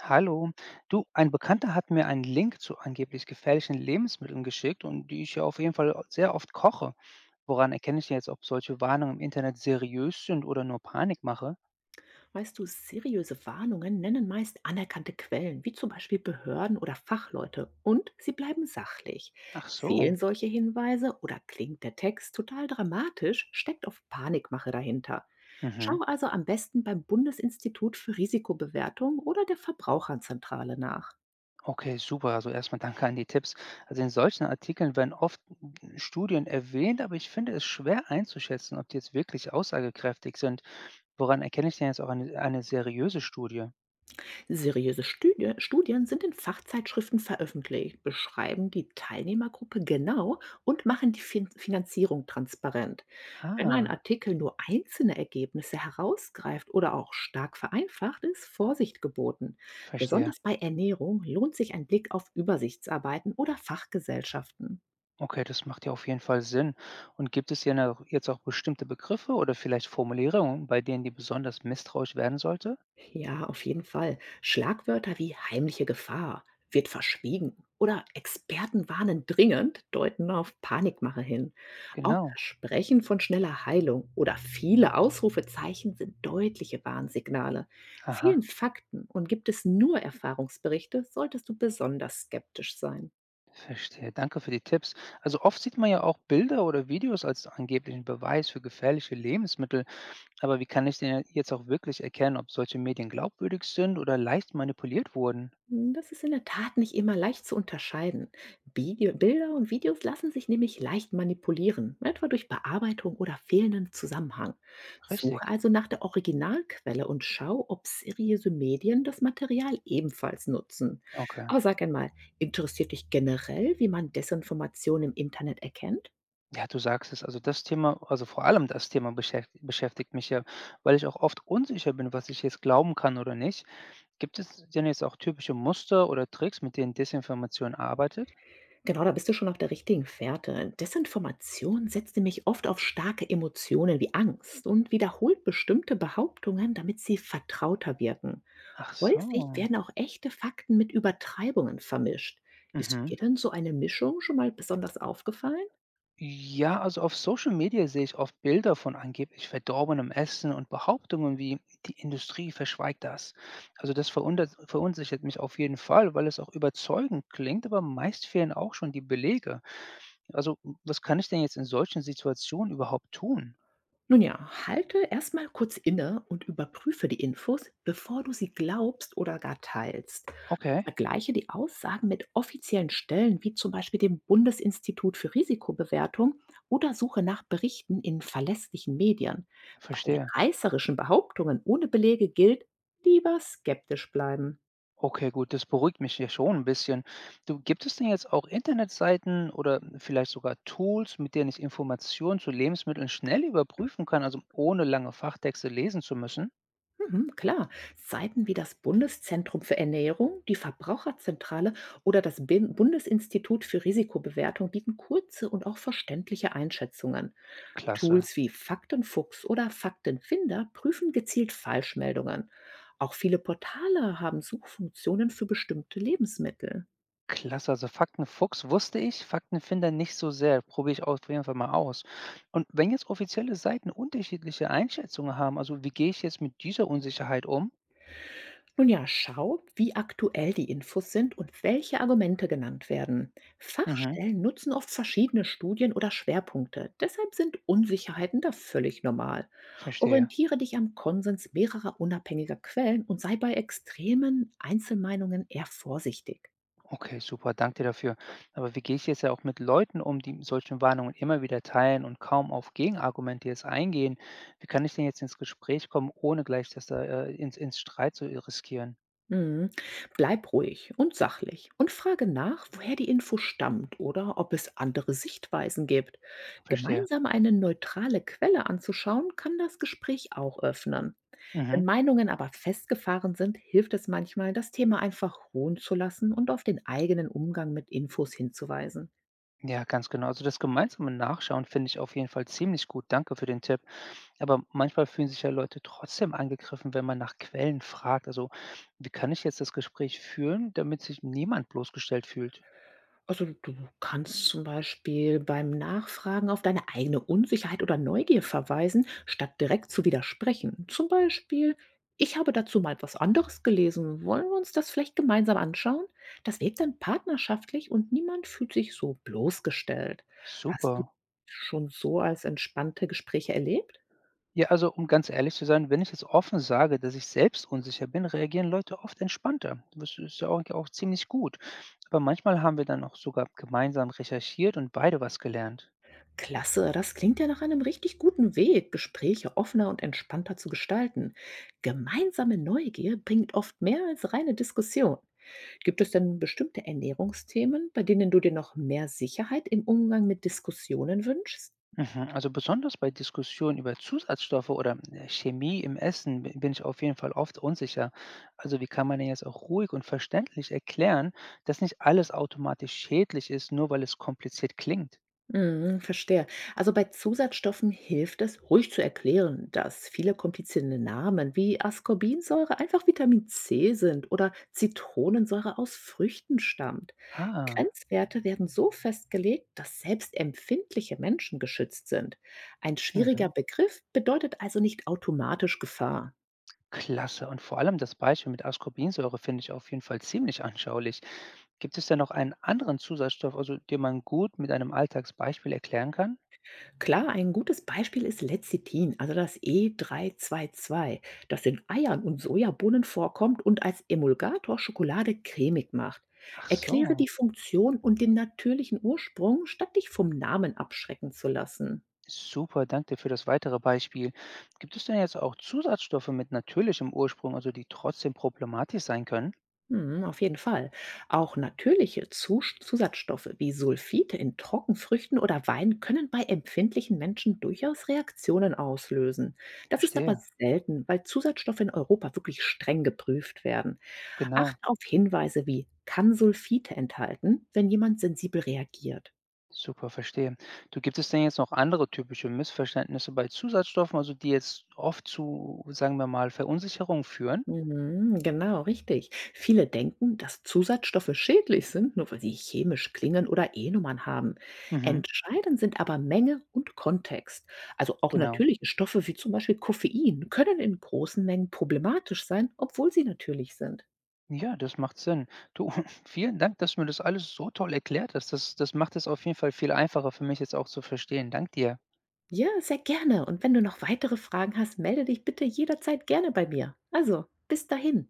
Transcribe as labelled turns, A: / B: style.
A: Hallo. Du, ein Bekannter hat mir einen Link zu angeblich gefährlichen Lebensmitteln geschickt und die ich ja auf jeden Fall sehr oft koche. Woran erkenne ich denn jetzt, ob solche Warnungen im Internet seriös sind oder nur Panikmache?
B: Weißt du, seriöse Warnungen nennen meist anerkannte Quellen, wie zum Beispiel Behörden oder Fachleute, und sie bleiben sachlich.
A: Ach so.
B: Fehlen solche Hinweise oder klingt der Text total dramatisch, steckt oft Panikmache dahinter. Schau
A: Mhm.
B: also am besten beim Bundesinstitut für Risikobewertung oder der Verbraucherzentrale nach.
A: Okay, super. Also erstmal danke an die Tipps. Also in solchen Artikeln werden oft Studien erwähnt, aber ich finde es schwer einzuschätzen, ob die jetzt wirklich aussagekräftig sind. Woran erkenne ich denn jetzt auch eine seriöse Studie?
B: Seriöse Studien sind in Fachzeitschriften veröffentlicht, beschreiben die Teilnehmergruppe genau und machen die Finanzierung transparent. Wenn ein
A: Ah,
B: Artikel nur einzelne Ergebnisse herausgreift oder auch stark vereinfacht, ist Vorsicht geboten.
A: verstehe.
B: Besonders bei Ernährung lohnt sich ein Blick auf Übersichtsarbeiten oder Fachgesellschaften.
A: Okay, das macht ja auf jeden Fall Sinn. Und gibt es hier noch jetzt auch bestimmte Begriffe oder vielleicht Formulierungen, bei denen die besonders misstrauisch werden sollte?
B: Ja, auf jeden Fall. Schlagwörter wie heimliche Gefahr, wird verschwiegen oder Experten warnen dringend deuten auf Panikmache hin. Auch
A: Genau.
B: Versprechen von schneller Heilung oder viele Ausrufezeichen sind deutliche Warnsignale. Vielen
A: Aha,
B: Fakten und gibt es nur Erfahrungsberichte, solltest du besonders skeptisch sein.
A: verstehe. Danke für die Tipps. Also oft sieht man ja auch Bilder oder Videos als angeblichen Beweis für gefährliche Lebensmittel. Aber wie kann ich denn jetzt auch wirklich erkennen, ob solche Medien glaubwürdig sind oder leicht manipuliert wurden?
B: Das ist in der Tat nicht immer leicht zu unterscheiden. Bilder und Videos lassen sich nämlich leicht manipulieren, etwa durch Bearbeitung oder fehlenden Zusammenhang. Suche
A: Richtig.
B: also nach der Originalquelle und schau, ob seriöse Medien das Material ebenfalls nutzen.
A: Okay.
B: Aber sag einmal, interessiert dich generell, wie man Desinformation im Internet erkennt?
A: Ja, du sagst es. Also das Thema, also vor allem das Thema beschäftigt mich ja, weil ich auch oft unsicher bin, was ich jetzt glauben kann oder nicht. Gibt es denn jetzt auch typische Muster oder Tricks, mit denen Desinformation arbeitet?
B: Genau, da bist du schon auf der richtigen Fährte. Desinformation setzt nämlich oft auf starke Emotionen wie Angst und wiederholt bestimmte Behauptungen, damit sie vertrauter wirken.
A: Ach
B: Häufig
A: so.
B: werden auch echte Fakten mit Übertreibungen vermischt. Ist
A: Mhm.
B: dir denn so eine Mischung schon mal besonders aufgefallen?
A: Ja, also auf Social Media sehe ich oft Bilder von angeblich verdorbenem Essen und Behauptungen wie, die Industrie verschweigt das. Also das verunsichert mich auf jeden Fall, weil es auch überzeugend klingt, aber meist fehlen auch schon die Belege. Also was kann ich denn jetzt in solchen Situationen überhaupt tun?
B: Nun ja, halte erstmal kurz inne und überprüfe die Infos, bevor du sie glaubst oder gar teilst.
A: Okay,
B: Vergleiche die Aussagen mit offiziellen Stellen wie zum Beispiel dem Bundesinstitut für Risikobewertung oder suche nach Berichten in verlässlichen Medien. Bei
A: verstehe.
B: reißerischen Behauptungen ohne Belege gilt, lieber skeptisch bleiben.
A: Okay, gut, das beruhigt mich ja schon ein bisschen. Du, gibt es denn jetzt auch Internetseiten oder vielleicht sogar Tools, mit denen ich Informationen zu Lebensmitteln schnell überprüfen kann, also ohne lange Fachtexte lesen zu müssen?
B: Mhm, klar, Seiten wie das Bundeszentrum für Ernährung, die Verbraucherzentrale oder das Bundesinstitut für Risikobewertung bieten kurze und auch verständliche Einschätzungen.
A: Klasse.
B: Tools wie Faktenfuchs oder Faktenfinder prüfen gezielt Falschmeldungen. Auch viele Portale haben Suchfunktionen für bestimmte Lebensmittel.
A: Klasse, also Faktenfuchs wusste ich, Faktenfinder nicht so sehr. Probiere ich auf jeden Fall mal aus. Und wenn jetzt offizielle Seiten unterschiedliche Einschätzungen haben, also wie gehe ich jetzt mit dieser Unsicherheit um?
B: Nun ja, schau, wie aktuell die Infos sind und welche Argumente genannt werden.
A: Mhm,
B: Fachstellen nutzen oft verschiedene Studien oder Schwerpunkte. Deshalb sind Unsicherheiten da völlig normal.
A: verstehe.
B: Orientiere dich am Konsens mehrerer unabhängiger Quellen und sei bei extremen Einzelmeinungen eher vorsichtig.
A: Okay, super, danke dir dafür. Aber wie gehst du jetzt ja auch mit Leuten um, die solche Warnungen immer wieder teilen und kaum auf Gegenargumente jetzt eingehen? Wie kann ich denn jetzt ins Gespräch kommen, ohne gleich das da ins Streit zu riskieren?
B: Mhm. Bleib ruhig und sachlich und frage nach, woher die Info stammt oder ob es andere Sichtweisen gibt.
A: Verstehe.
B: Gemeinsam eine neutrale Quelle anzuschauen, kann das Gespräch auch öffnen. Wenn
A: Mhm.
B: Meinungen aber festgefahren sind, hilft es manchmal, das Thema einfach ruhen zu lassen und auf den eigenen Umgang mit Infos hinzuweisen.
A: Ja, ganz genau. Also das gemeinsame Nachschauen finde ich auf jeden Fall ziemlich gut. Danke für den Tipp. Aber manchmal fühlen sich ja Leute trotzdem angegriffen, wenn man nach Quellen fragt. Also wie kann ich jetzt das Gespräch führen, damit sich niemand bloßgestellt fühlt?
B: Also, du kannst zum Beispiel beim Nachfragen auf deine eigene Unsicherheit oder Neugier verweisen, statt direkt zu widersprechen. Zum Beispiel, ich habe dazu mal etwas anderes gelesen. Wollen wir uns das vielleicht gemeinsam anschauen? Das wirkt dann partnerschaftlich und niemand fühlt sich so bloßgestellt. Hast du
A: Super.
B: schon so als entspannte Gespräche erlebt?
A: Ja, also um ganz ehrlich zu sein, wenn ich jetzt offen sage, dass ich selbst unsicher bin, reagieren Leute oft entspannter. Das ist ja auch ziemlich gut. Aber manchmal haben wir dann auch sogar gemeinsam recherchiert und beide was gelernt.
B: Klasse, das klingt ja nach einem richtig guten Weg, Gespräche offener und entspannter zu gestalten. Gemeinsame Neugier bringt oft mehr als reine Diskussion. Gibt es denn bestimmte Ernährungsthemen, bei denen du dir noch mehr Sicherheit im Umgang mit Diskussionen wünschst?
A: Mhm. Also besonders bei Diskussionen über Zusatzstoffe oder Chemie im Essen bin ich auf jeden Fall oft unsicher. Also wie kann man denn jetzt auch ruhig und verständlich erklären, dass nicht alles automatisch schädlich ist, nur weil es kompliziert klingt?
B: Mhm, verstehe. Also bei Zusatzstoffen hilft es, ruhig zu erklären, dass viele komplizierte Namen wie Ascorbinsäure einfach Vitamin C sind oder Zitronensäure aus Früchten stammt.
A: Ah.
B: Grenzwerte werden so festgelegt, dass selbst empfindliche Menschen geschützt sind. Ein schwieriger
A: Mhm.
B: Begriff bedeutet also nicht automatisch Gefahr.
A: Klasse. Und vor allem das Beispiel mit Ascorbinsäure finde ich auf jeden Fall ziemlich anschaulich. Gibt es denn noch einen anderen Zusatzstoff, also den man gut mit einem Alltagsbeispiel erklären kann?
B: Klar, ein gutes Beispiel ist Lecithin, also das E322, das in Eiern und Sojabohnen vorkommt und als Emulgator Schokolade cremig macht.
A: Ach
B: Erkläre
A: so,
B: die Funktion und den natürlichen Ursprung, statt dich vom Namen abschrecken zu lassen.
A: super, danke dir für das weitere Beispiel. Gibt es denn jetzt auch Zusatzstoffe mit natürlichem Ursprung, also die trotzdem problematisch sein können?
B: Hm, auf jeden Fall. Auch natürliche Zusatzstoffe wie Sulfite in Trockenfrüchten oder Wein können bei empfindlichen Menschen durchaus Reaktionen auslösen. Das ist aber
A: Verstehe,
B: selten, weil Zusatzstoffe in Europa wirklich streng geprüft werden. Achte
A: genau.
B: auf Hinweise wie „Kann Sulfite enthalten", wenn jemand sensibel reagiert.
A: Super, verstehe. Du, gibt es denn jetzt noch andere typische Missverständnisse bei Zusatzstoffen, also die jetzt oft zu, sagen wir mal, Verunsicherung führen?
B: Mhm, genau, richtig. Viele denken, dass Zusatzstoffe schädlich sind, nur weil sie chemisch klingen oder E-Nummern haben.
A: Mhm,
B: Entscheidend sind aber Menge und Kontext. Also auch
A: genau.
B: natürliche Stoffe wie zum Beispiel Koffein können in großen Mengen problematisch sein, obwohl sie natürlich sind.
A: Ja, das macht Sinn. Du, vielen Dank, dass du mir das alles so toll erklärt hast. Das macht es auf jeden Fall viel einfacher für mich, jetzt auch zu verstehen. Dank dir.
B: Ja, sehr gerne. Und wenn du noch weitere Fragen hast, melde dich bitte jederzeit gerne bei mir. Also, bis dahin.